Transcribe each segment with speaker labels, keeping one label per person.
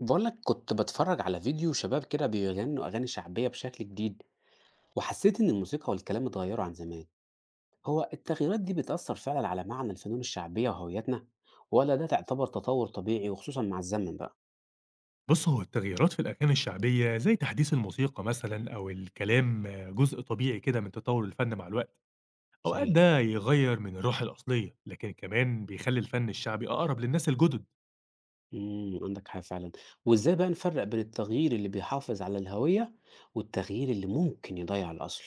Speaker 1: بقول لك كنت بتفرج على فيديو شباب كده بيغنوا أغاني شعبية بشكل جديد، وحسيت إن الموسيقى والكلام اتغيروا عن زمان. هو التغييرات دي بتأثر فعلا على معنى الفنون الشعبية وهويتنا، ولا ده تعتبر تطور طبيعي وخصوصا مع الزمن بقى؟
Speaker 2: بُص، هو التغييرات في الأغاني الشعبية زي تحديث الموسيقى مثلًا أو الكلام جزء طبيعي كده من تطور الفن مع الوقت، أوقات
Speaker 1: صحيح.
Speaker 2: ده يغير من الروح الأصلية، لكن كمان بيخلي الفن الشعبي أقرب للناس الجدد.
Speaker 1: عندك حاجة فعلا. وإزاي بقى نفرق بين التغيير اللي بيحافظ على الهوية، والتغيير اللي ممكن يضيع الأصل؟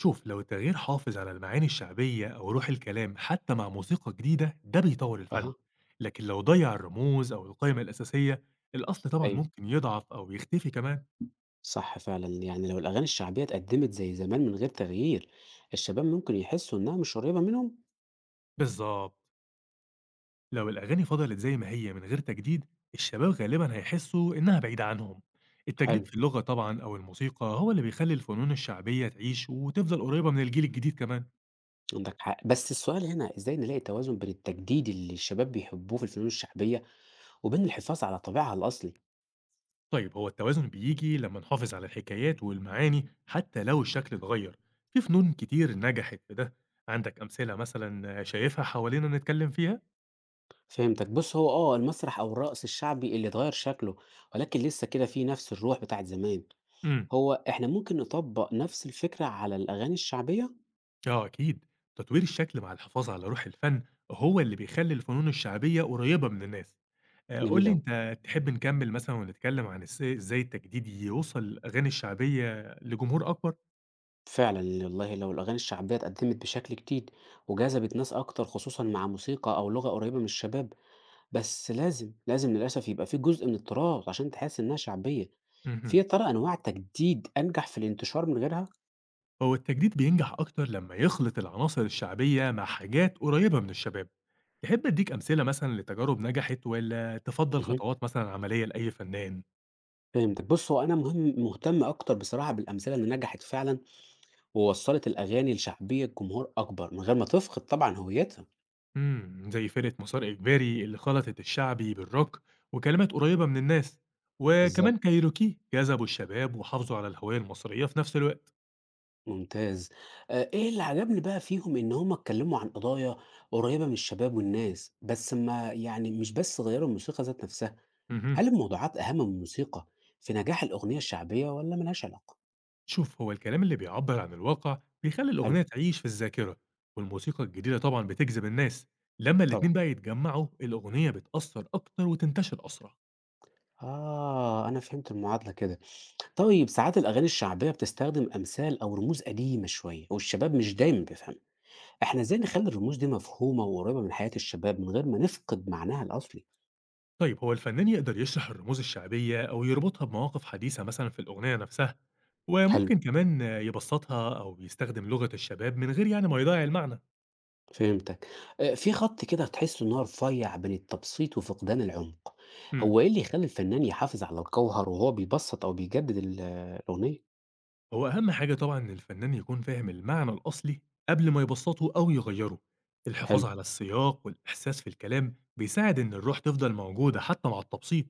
Speaker 2: شوف، لو التغيير حافظ على المعاني الشعبية أو روح الكلام حتى مع موسيقى جديدة، ده بيطور الفن،
Speaker 1: أها.
Speaker 2: لكن لو ضيع الرموز أو القيم الأساسية، الأصل طبعًا
Speaker 1: أيوه
Speaker 2: ممكن يضعف أو يختفي كمان.
Speaker 1: صح فعلا، يعني لو الأغاني الشعبية اتقدمت زي زمان من غير تغيير، الشباب ممكن يحسوا إنها مش قريبة منهم.
Speaker 2: بالضبط. لو الأغاني فضلت زي ما هي من غير تجديد، الشباب غالبا هيحسوا إنها بعيدة عنهم.
Speaker 1: حلو.
Speaker 2: التجديد في اللغة طبعا أو الموسيقى هو اللي بيخلي الفنون الشعبية تعيش وتفضل قريبة من الجيل الجديد كمان.
Speaker 1: عندك حق، بس السؤال هنا ازاي نلاقي توازن بين التجديد اللي الشباب بيحبوه في الفنون الشعبية، وبين الحفاظ على طابعها الأصلي.
Speaker 2: طيب، هو التوازن بيجي لما نحافظ على الحكايات والمعاني حتى لو الشكل اتغير. في فنون كتير نجحت في ده. عندك أمثلة مثلا شايفها حوالينا نتكلم فيها؟
Speaker 1: فهمتك، بص هو المسرح أو الرقص الشعبي اللي اتغير شكله، ولكن لسه كده فيه نفس الروح بتاعت زمان.
Speaker 2: امم.
Speaker 1: هو احنا ممكن نطبق نفس الفكرة على الأغاني الشعبية؟
Speaker 2: آه أكيد. تطوير الشكل مع الحفاظ على روح الفن هو اللي بيخلي الفنون الشعبية قريبة من الناس. قُل
Speaker 1: جميل
Speaker 2: لي،
Speaker 1: أوي.
Speaker 2: أنت تحب نكمّل مثلًا ونتكلّم عن إزاي التجديد يوصّل الأغاني الشعبية لجمهور أكبر؟
Speaker 1: فعلا، والله لو الأغاني الشعبية اتقدمت بشكل جديد، وجذبت ناس أكتر خصوصا مع موسيقى أو لغة قريبة من الشباب، بس لازم للأسف يبقى في جزء من التراث عشان تحس إنها شعبية. في
Speaker 2: اهم.
Speaker 1: يا ترى أنواع تجديد أنجح في الانتشار من غيرها؟
Speaker 2: هو التجديد بينجح أكتر لمّا يخلِط العناصر الشعبية مع حاجات قريّبة من الشباب. تحب أدّيك أمثلة مثلًا لتجارب نجحت والّا تفضّل
Speaker 1: اهم،
Speaker 2: خطوات مثلًا عملية لأي فنّان؟
Speaker 1: فهمتك. بُص، هو أنا مهتم أكتر بصراحة بالأمثلة اللي نجحت فعلًا، ووصّلت الأغاني لشعبية جمهور أكبر من غير ما تفقد طبعًا هويتها.
Speaker 2: إمم. زي فرقة مسار إجباري اللي خلطت الشعبي بالروك وكلمات قريّبة من الناس، وكمان
Speaker 1: بالضبط.
Speaker 2: كايروكي جذبوا الشباب وحافظوا على الهوية المصرية في نفس الوقت.
Speaker 1: ممتاز. إيه اللي عجبني بقى فيهم إن هم اتكلموا عن قضايا قريبة من الشباب والناس، بس ما يعني مش بس غيّروا الموسيقى ذات نفسها.
Speaker 2: اهم.
Speaker 1: هل الموضوعات أهم من الموسيقى في نجاح الأغنية الشعبية والّا ما لهاش علاقة؟
Speaker 2: شوف، هو الكلام اللي بيعبر عن الواقع بيخلي
Speaker 1: حلو.
Speaker 2: الأغنية تعيش في الذاكرة، والموسيقى الجديدة طبعا بتجذب الناس. لما الاتنين
Speaker 1: طبعًا.
Speaker 2: بقى يتجمعوا، الأغنية بتأثر أكتر وتنتشر أسرع.
Speaker 1: آه، أنا فهمت المعادلة كده. طيب ساعات الأغاني الشعبية بتستخدم أمثال أو رموز قديمة شوية والشباب مش دايمًا بيفهمها. إحنا إزاي نخلّي الرموز دي مفهومة وقريبة من حياة الشباب من غير ما نفقد معناها الأصلي؟
Speaker 2: طيب، هو الفنان يقدر يشرح الرموز الشعبية أو يربطها بمواقف حديثة مثلا في الأغنية نفسها،
Speaker 1: حلو،
Speaker 2: وممكن كمان يبسطها أو يستخدم لغة الشباب من غير يعني ما يضيع المعنى.
Speaker 1: فهمتك. في خَط كده تحس إن هو رفيّع بين التبسيط وفقدان العمق.
Speaker 2: مم.
Speaker 1: هو إيه اللي يخلّي الفنان يحافظ على الجوهر وهو بيبسّط أو بيجدد الأغنية؟
Speaker 2: هو أهم حاجة طبعًا إن الفنان يكون فاهم المعنى الأصلي قبل ما يبسّطه أو يغيّره، الحفاظ
Speaker 1: حلو.
Speaker 2: على السياق والإحساس في الكلام بيساعد إن الروح تفضل موجودة حتى مع التبسيط.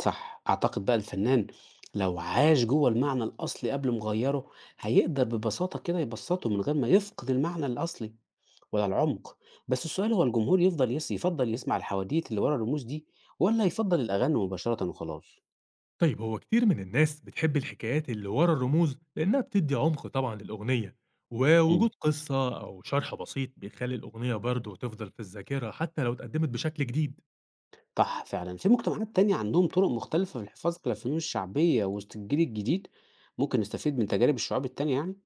Speaker 1: صح، أعتقد بقى الفنان لو عاش جوّه المعنى الأصلي قبل ما يغيّره، هيقدر ببساطة كده يبسّطه من غير ما يفقد المعنى الأصلي ولا العمق، بس السؤال هو الجمهور يفضل يس يفضّل يسمع الحواديت اللي ورا الرموز دي، والّا يفضّل الأغاني مباشرةً وخلاص؟
Speaker 2: طيب، هو كتير من الناس بتحب الحكايات اللي ورا الرموز لأنها بتدّي عمق طبعًا للأغنية،
Speaker 1: إمم،
Speaker 2: ووجود قصة أو شرح بسيط بيخلّي الأغنية برضه تفضل في الذاكرة حتى لو اتقدمت بشكل جديد.
Speaker 1: صح فعلًا، في مجتمعات تانية عندهم طرق مختلفة في الحفاظ على الفنون الشعبية وسط الجيل الجديد، ممكن نستفيد من تجارب الشعوب التانية يعني؟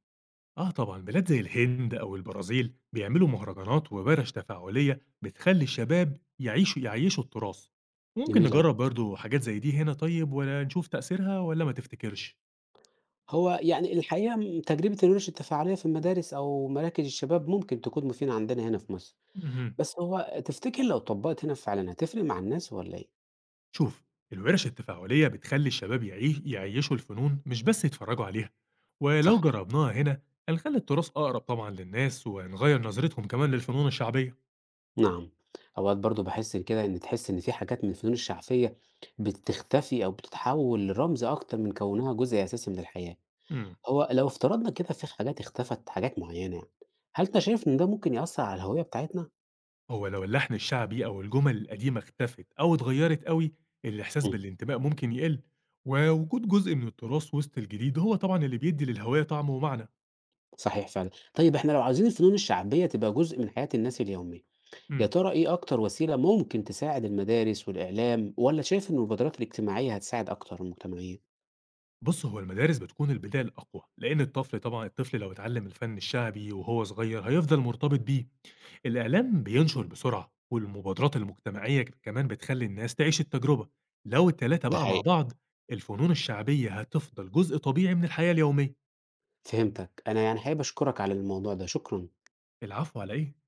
Speaker 2: آه طبعًا، بلاد زي الهند أو البرازيل بيعملوا مهرجانات وورش تفاعلية بتخلّي الشباب يعيّشوا التراث، ممكن
Speaker 1: جميل أوي.
Speaker 2: نجرّب برضه حاجات زي دي هنا، طيب والّا نشوف تأثيرها والّا ما تفتكرش؟
Speaker 1: هو يعني الحقيقة م تجربة الورش التفاعلية في المدارس أو مراكز الشباب ممكن تكون مفيدة عندنا هنا في مصر،
Speaker 2: اهم.
Speaker 1: بس هو تفتكر لو اتطبّقت هنا فعلًا هتفرق مع الناس والّا إيه؟
Speaker 2: شوف، الورش التفاعلية بتخلّي الشباب يعيّشوا الفنون مش بس يتفرّجوا عليها، ولو
Speaker 1: صح،
Speaker 2: جرّبناها هنا هنخلّي التراث أقرب طبعًا للناس ونغيّر نظرتهم كمان للفنون الشعبية.
Speaker 1: نعم. أوقات برضه باحس كده إن تحس إن في حاجات من الفنون الشعبية بتختفي أو بتتحوّل لرمز أكتر من كونها جزء أساسي من الحياة.
Speaker 2: إمم.
Speaker 1: هو لو افترضنا كده في حاجات اختفت، حاجات معيّنة يعني، هل أنت شايف إن ده ممكن يأثّر على الهوية بتاعتنا؟
Speaker 2: هو لو اللحن الشعبي أو الجمل القديمة اختفت أو اتغيرت أوي، الإحساس
Speaker 1: إمم،
Speaker 2: بالانتماء ممكن يقل، ووجود جزء من التراث وسط الجديد هو طبعًا اللي بيدي للهوية طعم ومعنى.
Speaker 1: صحيح فعلًا. طيب إحنا لو عاوزين الفنون الشعبية تبقى جزء من حياة الناس اليومية، يا
Speaker 2: امم.
Speaker 1: ترى إيه أكتر وسيلة ممكن تساعد المدارس والإعلام، ولا شايف إن المبادرات الاجتماعية هتساعد أكتر المجتمعية؟
Speaker 2: بُص، هو المدارس بتكون البداية الأقوى، لأن الطفل لو اتعلم الفن الشعبي وهو صغير هيفضل مرتبط بيه. الإعلام بينشر بسرعة، والمبادرات المجتمعية كمان بتخلي الناس تعيش التجربة. لو ال3
Speaker 1: ده
Speaker 2: بقى مع
Speaker 1: حقيقي.
Speaker 2: بعض، الفنون الشعبية هتفضل جزء طبيعي من الحياة اليومية.
Speaker 1: فهمتك. أنا يعني حابب أشكرك على الموضوع ده، شكرا.
Speaker 2: العفو على إيه؟